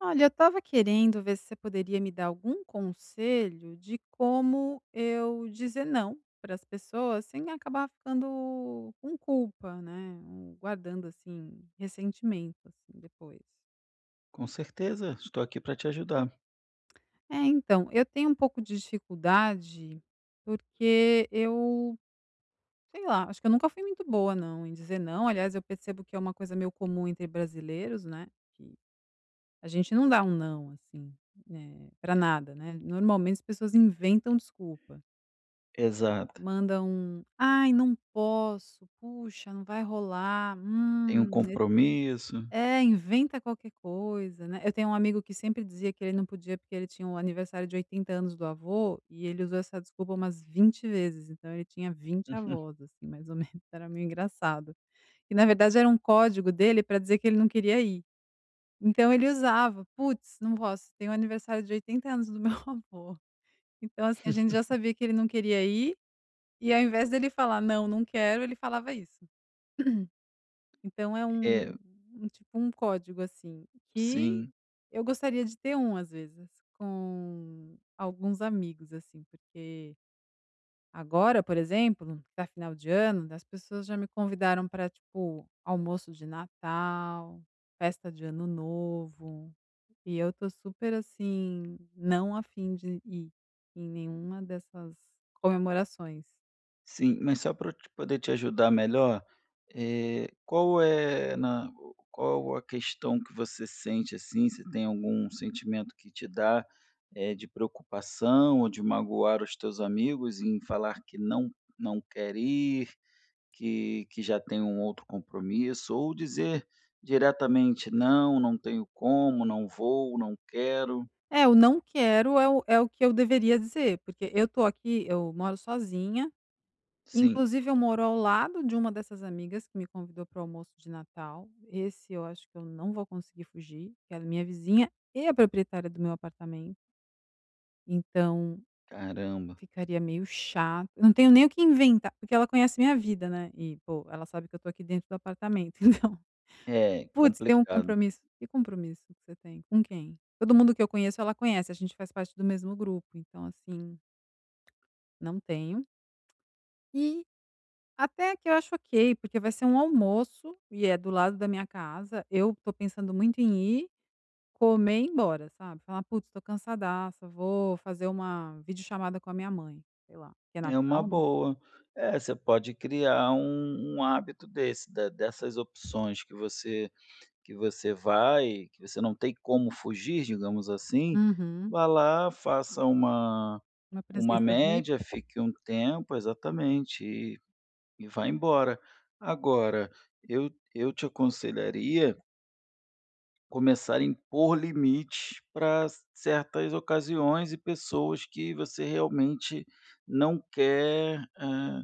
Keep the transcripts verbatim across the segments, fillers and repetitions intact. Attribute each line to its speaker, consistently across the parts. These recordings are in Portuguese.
Speaker 1: Olha, eu estava querendo ver se você poderia me dar algum conselho de como eu dizer não para as pessoas sem acabar ficando com culpa, né? Um- Guardando assim ressentimento assim depois.
Speaker 2: Com certeza, estou aqui para te ajudar.
Speaker 1: É, então, eu tenho um pouco de dificuldade porque eu, sei lá, acho que eu nunca fui muito boa não em dizer não. Aliás, eu percebo que é uma coisa meio comum entre brasileiros, né? A gente não dá um não, assim, eh, pra nada, né. Normalmente as pessoas inventam desculpa.
Speaker 2: Exato.
Speaker 1: Mandam um: "Ai, não posso. Puxa, não vai rolar.
Speaker 2: Tem um
Speaker 1: Hum, esse"
Speaker 2: compromisso.
Speaker 1: é, inventa qualquer coisa, né. Eu tenho um amigo que sempre dizia que ele não podia porque ele tinha o aniversário de oitenta anos do avô e ele usou essa desculpa umas vinte vezes, então ele tinha vinte
Speaker 2: Uhum.
Speaker 1: avós, assim, mais ou menos, era meio engraçado. E na verdade era um código dele para dizer que ele não queria ir. Então ele usava. Putz, não posso, tem o aniversário de oitenta anos do meu avô. Então, assim, a gente já sabia que ele não queria ir, e ao invés dele falar: "Não, não quero", ele falava isso. Então é
Speaker 2: É,
Speaker 1: um um tipo um código, assim, que
Speaker 2: sim,
Speaker 1: eu gostaria de ter um, às vezes, com alguns amigos, assim, porque agora, por exemplo, que tá final de ano, as pessoas já me convidaram para tipo, almoço de Natal, festa de Ano Novo. E eu tô super, assim, não a fim de ir em nenhuma dessas comemorações.
Speaker 2: sim. Mas só para eu te poder te ajudar melhor, eh, qual é na qual a questão que você sente, assim, se tem algum sentimento que te dá, eh, de preocupação ou de magoar os teus amigos em falar que não não quer ir, que que já tem um outro compromisso, ou dizer diretamente: "Não, não tenho como, não vou, não quero".
Speaker 1: É, o "não quero" é o é o que eu deveria dizer, porque eu tô aqui eu moro sozinha,
Speaker 2: Sim,
Speaker 1: inclusive eu moro ao lado de uma dessas amigas que me convidou para o almoço de Natal. Esse eu acho que eu não vou conseguir fugir, que ela é a minha vizinha e a proprietária do meu apartamento, então
Speaker 2: caramba.
Speaker 1: ficaria meio chato. Eu não tenho nem o que inventar, porque ela conhece minha vida, né, e, pô, ela sabe que eu tô aqui dentro do apartamento, então
Speaker 2: É,
Speaker 1: Putz, tem um
Speaker 2: complicado.
Speaker 1: compromisso. Que compromisso que você tem? Com quem? Todo mundo que eu conheço, ela conhece, a gente faz parte do mesmo grupo, então, assim, não tenho. E até que eu acho ok, porque vai ser um almoço e é do lado da minha casa, eu tô pensando muito em ir, comer e ir embora, sabe. Falar: "Putz, tô cansadaça, vou fazer uma videochamada com a minha mãe", sei lá, que é
Speaker 2: É uma
Speaker 1: Natal, né.
Speaker 2: boa. É, você pode criar um um hábito desse, de dessas opções que você que você vai que você não tem como fugir, digamos assim,
Speaker 1: Uhum.
Speaker 2: vá lá, faça uma
Speaker 1: Uma
Speaker 2: uma
Speaker 1: presença V I P.
Speaker 2: média, fique um tempo exatamente. E vai embora. Agora, eu eu te aconselharia começar a impor limites para certas ocasiões e pessoas que você realmente não quer, eh,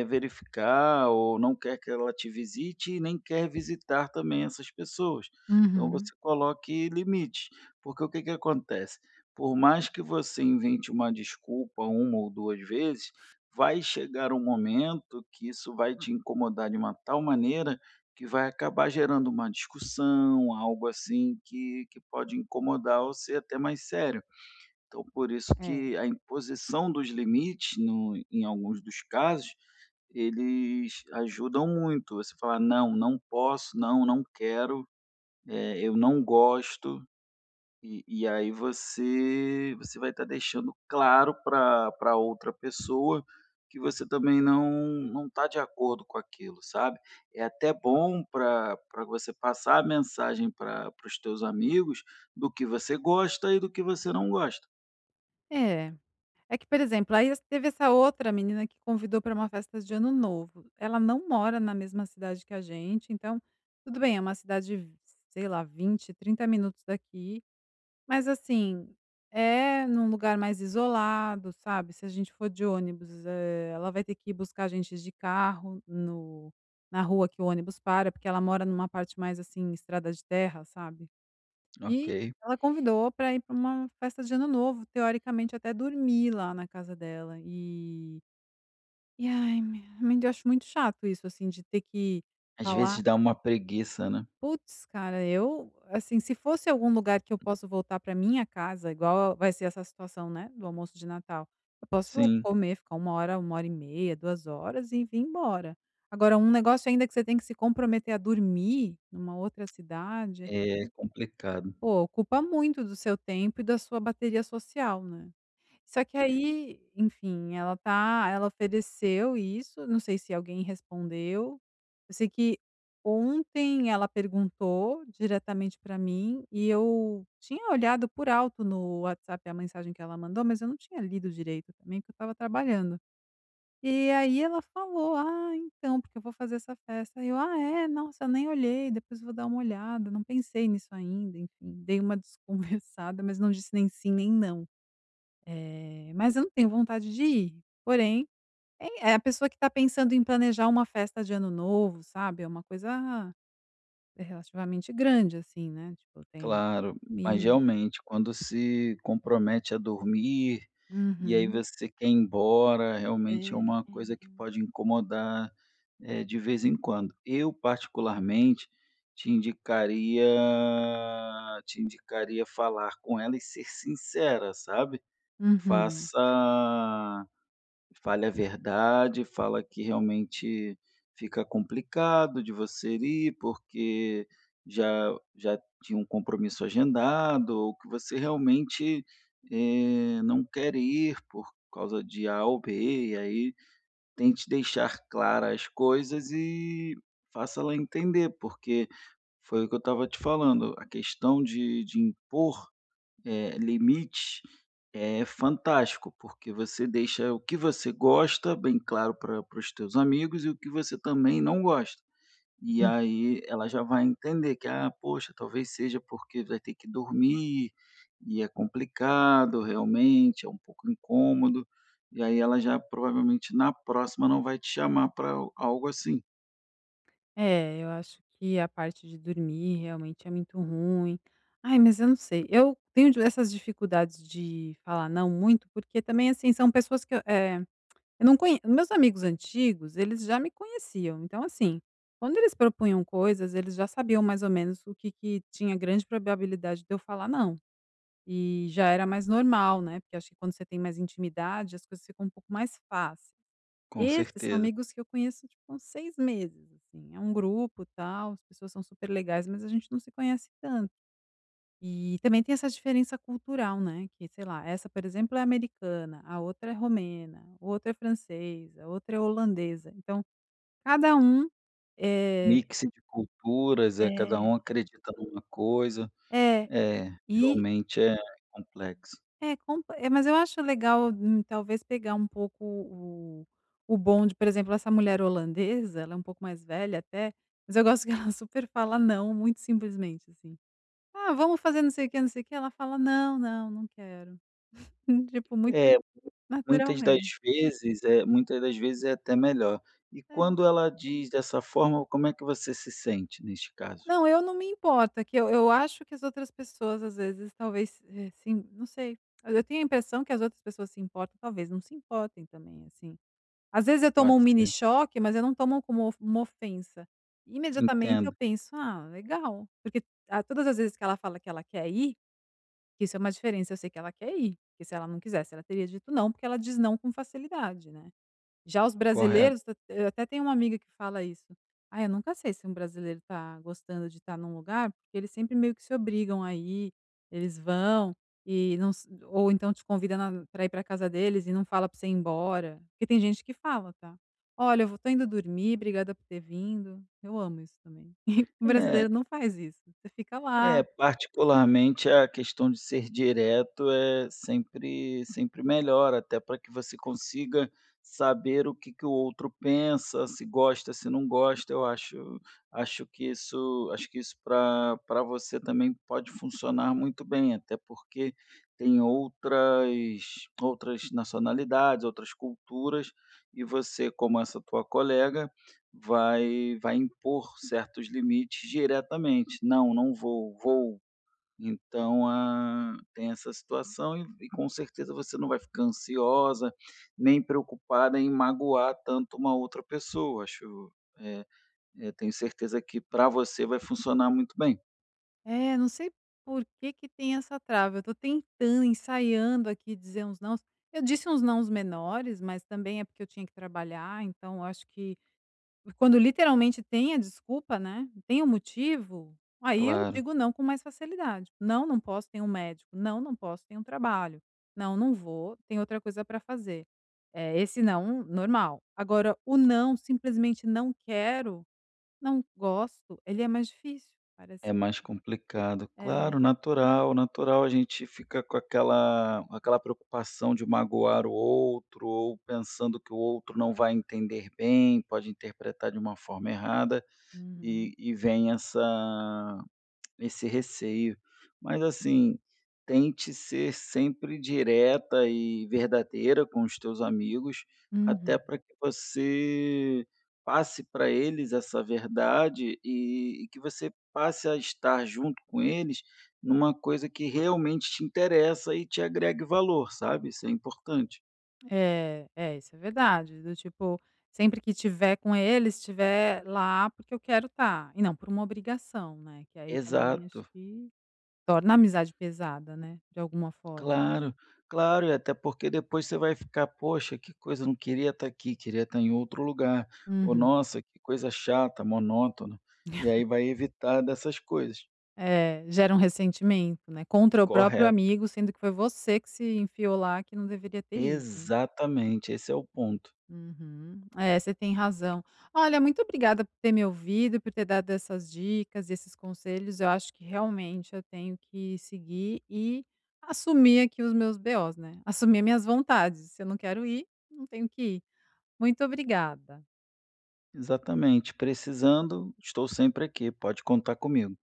Speaker 2: eh, verificar ou não quer que ela te visite e nem quer visitar também essas pessoas. Então
Speaker 1: Uhum.
Speaker 2: você coloque limites, porque o que que acontece? Por mais que você invente uma desculpa uma ou duas vezes, vai chegar um momento que isso vai te incomodar de uma tal maneira que vai acabar gerando uma discussão, algo assim que que pode incomodar ou ser até mais sério. Então por isso
Speaker 1: É.
Speaker 2: que a imposição dos limites no em alguns dos casos eles ajudam muito. Você falar: "Não, não posso, não, não quero, eh, eu não gosto", e e aí você você vai estar deixando claro para pra outra pessoa que você também não não está de acordo com aquilo, sabe. É até bom para pra você passar a mensagem pra para os teus amigos do que você gosta e do que você não gosta.
Speaker 1: É. É que, por exemplo, aí teve essa outra menina que convidou para uma festa de ano novo. Ela não mora na mesma cidade que a gente, então, tudo bem, é uma cidade, sei lá, vinte, trinta minutos daqui, mas assim, é num lugar mais isolado, sabe. Se a gente for de ônibus, eh, ela vai ter que ir buscar a gente de carro no na rua que o ônibus para, porque ela mora numa parte mais, assim, estrada de terra, sabe. E
Speaker 2: Ok.
Speaker 1: ela convidou para ir para uma festa de ano novo, teoricamente até dormir lá na casa dela e e ai, me me- eu acho muito chato isso, assim, de ter que
Speaker 2: Às
Speaker 1: falar
Speaker 2: vezes dá uma preguiça, né.
Speaker 1: putz, cara, eu assim, se fosse algum lugar que eu posso voltar para minha casa, igual vai ser essa situação, né, do almoço de Natal, eu posso
Speaker 2: Sim.
Speaker 1: comer, ficar uma hora, uma hora e meia, duas horas e vir embora. Agora um negócio ainda que você tem que se comprometer a dormir numa outra cidade
Speaker 2: É complicado.
Speaker 1: Pô, ocupa muito do seu tempo e da sua bateria social, né. Só que aí, enfim, ela tá ela ofereceu isso, não sei se alguém respondeu. Eu sei que ontem ela perguntou diretamente pra mim e eu tinha olhado por alto no WhatsApp a mensagem que ela mandou, mas eu não tinha lido direito também, porque eu estava trabalhando. E aí ela falou: "Ah, então, porque eu vou fazer essa festa". Aí eu: "Ah, é? Nossa, eu nem olhei, depois eu vou dar uma olhada, não pensei nisso ainda", enfim, dei uma desconversada, mas não disse nem sim nem não. Eh, mas eu não tenho vontade de ir, porém, é é a pessoa que tá pensando em planejar uma festa de ano novo, sabe, é uma coisa relativamente grande, assim, né, tipo, tem
Speaker 2: Claro, mas
Speaker 1: comida.
Speaker 2: realmente quando se compromete a dormir, e aí
Speaker 1: Uhum.
Speaker 2: você quer ir embora, realmente é
Speaker 1: É.
Speaker 2: uma coisa que pode incomodar, eh, de vez em quando. Eu particularmente te indicaria te indicaria falar com ela e ser sincera, sabe.
Speaker 1: Uhum.
Speaker 2: Faça Fale a verdade, fala que realmente fica complicado de você ir, porque já já tinha um compromisso agendado, ou que você realmente, eh, não quer ir por causa de A ou B, e aí tente deixar claras as coisas e faça ela entender, porque foi o que eu estava te falando, a questão de de impor eh, limites é fantástico, porque você deixa o que você gosta bem claro para para os teus amigos e o que você também não gosta. E aí ela já vai entender que, ah, poxa, talvez seja porque vai ter que dormir e é complicado realmente, é um pouco incômodo. E aí ela já provavelmente na próxima não vai te chamar para algo assim.
Speaker 1: É, eu acho que a parte de dormir realmente é muito ruim. Ai, mas eu não sei, eu tenho di essas dificuldades de falar não muito, porque também, assim, são pessoas que eu eh, eu não conhe meus amigos antigos, eles já me conheciam, então, assim, quando eles propunham coisas, eles já sabiam mais ou menos o que que tinha grande probabilidade de eu falar não, e já era mais normal, né, porque acho que quando você tem mais intimidade, as coisas ficam um pouco mais fáceis.
Speaker 2: Com
Speaker 1: Esses são
Speaker 2: certeza.
Speaker 1: amigos que eu conheço, tipo, há uns seis meses, assim. É um grupo, tal, as pessoas são super legais, mas a gente não se conhece tanto. E também tem essa diferença cultural, né, que, sei lá, essa, por exemplo, é americana, a outra é romena, outra é francesa, outra é holandesa. Então, cada um, é
Speaker 2: Mix de culturas, é cada
Speaker 1: É.
Speaker 2: um acredita numa coisa.
Speaker 1: É.
Speaker 2: É,
Speaker 1: E
Speaker 2: realmente é complexo.
Speaker 1: É, compa eh, mas eu acho legal, hum, talvez pegar um pouco o o bonde, por exemplo, essa mulher holandesa, ela é um pouco mais velha até, mas eu gosto que ela super fala não, muito simplesmente, assim: "Ah, vamos fazer não sei o quê, não sei o quê", ela fala: "Não, não, não quero". Tipo, muito
Speaker 2: É, muitas das
Speaker 1: naturalmente.
Speaker 2: vezes é muitas das vezes é até melhor. E quando
Speaker 1: É.
Speaker 2: ela diz dessa forma, como é que você se sente neste caso?
Speaker 1: Não, eu não me importo, é que eu eu acho que as outras pessoas, às vezes, talvez, eh, sim, não sei, eu eu tenho a impressão que as outras pessoas se importam, talvez não se importem também, assim. Às vezes eu tomo um
Speaker 2: Pode
Speaker 1: mini
Speaker 2: ser.
Speaker 1: choque, mas eu não tomo como uma ofensa. Imediatamente eu
Speaker 2: Entendo,
Speaker 1: penso: "Ah, legal", porque a todas as vezes que ela fala que ela quer ir, que isso é uma diferença, eu sei que ela quer ir, porque se ela não quisesse, ela teria dito não, porque ela diz não com facilidade, né. Já os
Speaker 2: correto.
Speaker 1: brasileiros ta eu até tenho uma amiga que fala isso: "Ah, eu nunca sei se um brasileiro tá gostando de estar num lugar, porque eles sempre meio que se obrigam a ir, eles vão e não s ou então te convida para ir para casa deles e não fala para você ir embora", porque tem gente que fala, tá: "Olha, eu vou tô indo dormir, obrigada por ter vindo". Eu amo isso também. O brasileiro
Speaker 2: É.
Speaker 1: não faz isso, você fica lá
Speaker 2: É, particularmente a questão de ser direto é sempre sempre melhor, até para que você consiga saber o que que o outro pensa, se gosta, se não gosta. Eu acho acho que isso Acho que isso para para você também pode funcionar muito bem, até porque tem outras outras nacionalidades, outras culturas, e você, como essa tua colega vai vai impor certos limites diretamente. "Não, não vou, vou". Então, ah, tem essa situação e e com certeza você não vai ficar ansiosa, nem preocupada em magoar tanto uma outra pessoa, acho, eh eh, tenho certeza que para você vai funcionar muito bem.
Speaker 1: É, não sei por que que tem essa trava, eu tô tentando, ensaiando aqui dizer uns nãos. Eu disse uns nãos menores, mas também é porque eu tinha que trabalhar, então eu acho que quando literalmente tem a desculpa, né, tem o motivo, aí eu
Speaker 2: Claro.
Speaker 1: digo não com mais facilidade. "Não, não posso, tem um médico. Não, não posso, tem um trabalho. Não, não vou, tem outra coisa para fazer". É esse não, normal. Agora o não, simplesmente não quero, não gosto, ele é mais difícil, parece.
Speaker 2: É mais complicado.
Speaker 1: É.
Speaker 2: Claro, natural, natural a gente fica com aquela aquela preocupação de magoar o outro ou pensando que o outro não vai entender bem, pode interpretar de uma forma errada e
Speaker 1: Uhum.
Speaker 2: e vem essa esse receio. Mas assim, tente ser sempre direta e verdadeira com os teus amigos, até
Speaker 1: Uhum.
Speaker 2: para que você passe para eles essa verdade e, e que você passe a estar junto com eles numa coisa que realmente te interessa e te agregue valor, sabe? Isso é importante.
Speaker 1: É, é, isso é verdade, do tipo, sempre que tiver com eles, estiver lá porque eu quero estar, e não por uma obrigação, né, que aí também acho
Speaker 2: Exato.
Speaker 1: que torna a amizade pesada, né, de alguma forma.
Speaker 2: Claro, Claro, e até porque depois você vai ficar: "Poxa, que coisa, não queria estar aqui, queria estar em outro lugar", ou
Speaker 1: Uhum.
Speaker 2: "Nossa, que coisa chata, monótona", e aí vai evitar dessas coisas.
Speaker 1: É, gera um ressentimento, né, contra o próprio
Speaker 2: Correto.
Speaker 1: amigo, sendo que foi você que se enfiou lá, que não deveria ter ido.
Speaker 2: Exatamente, esse é o ponto.
Speaker 1: Uhum. É, você tem razão. Olha, muito obrigada por ter me ouvido, por ter dado essas dicas, esses conselhos. Eu acho que realmente eu tenho que seguir e assumir aqui os meus B Os, né? Assumir minhas vontades. Se eu não quero ir, não tenho que ir. Muito obrigada.
Speaker 2: Exatamente. "Precisando, estou sempre aqui, pode contar comigo".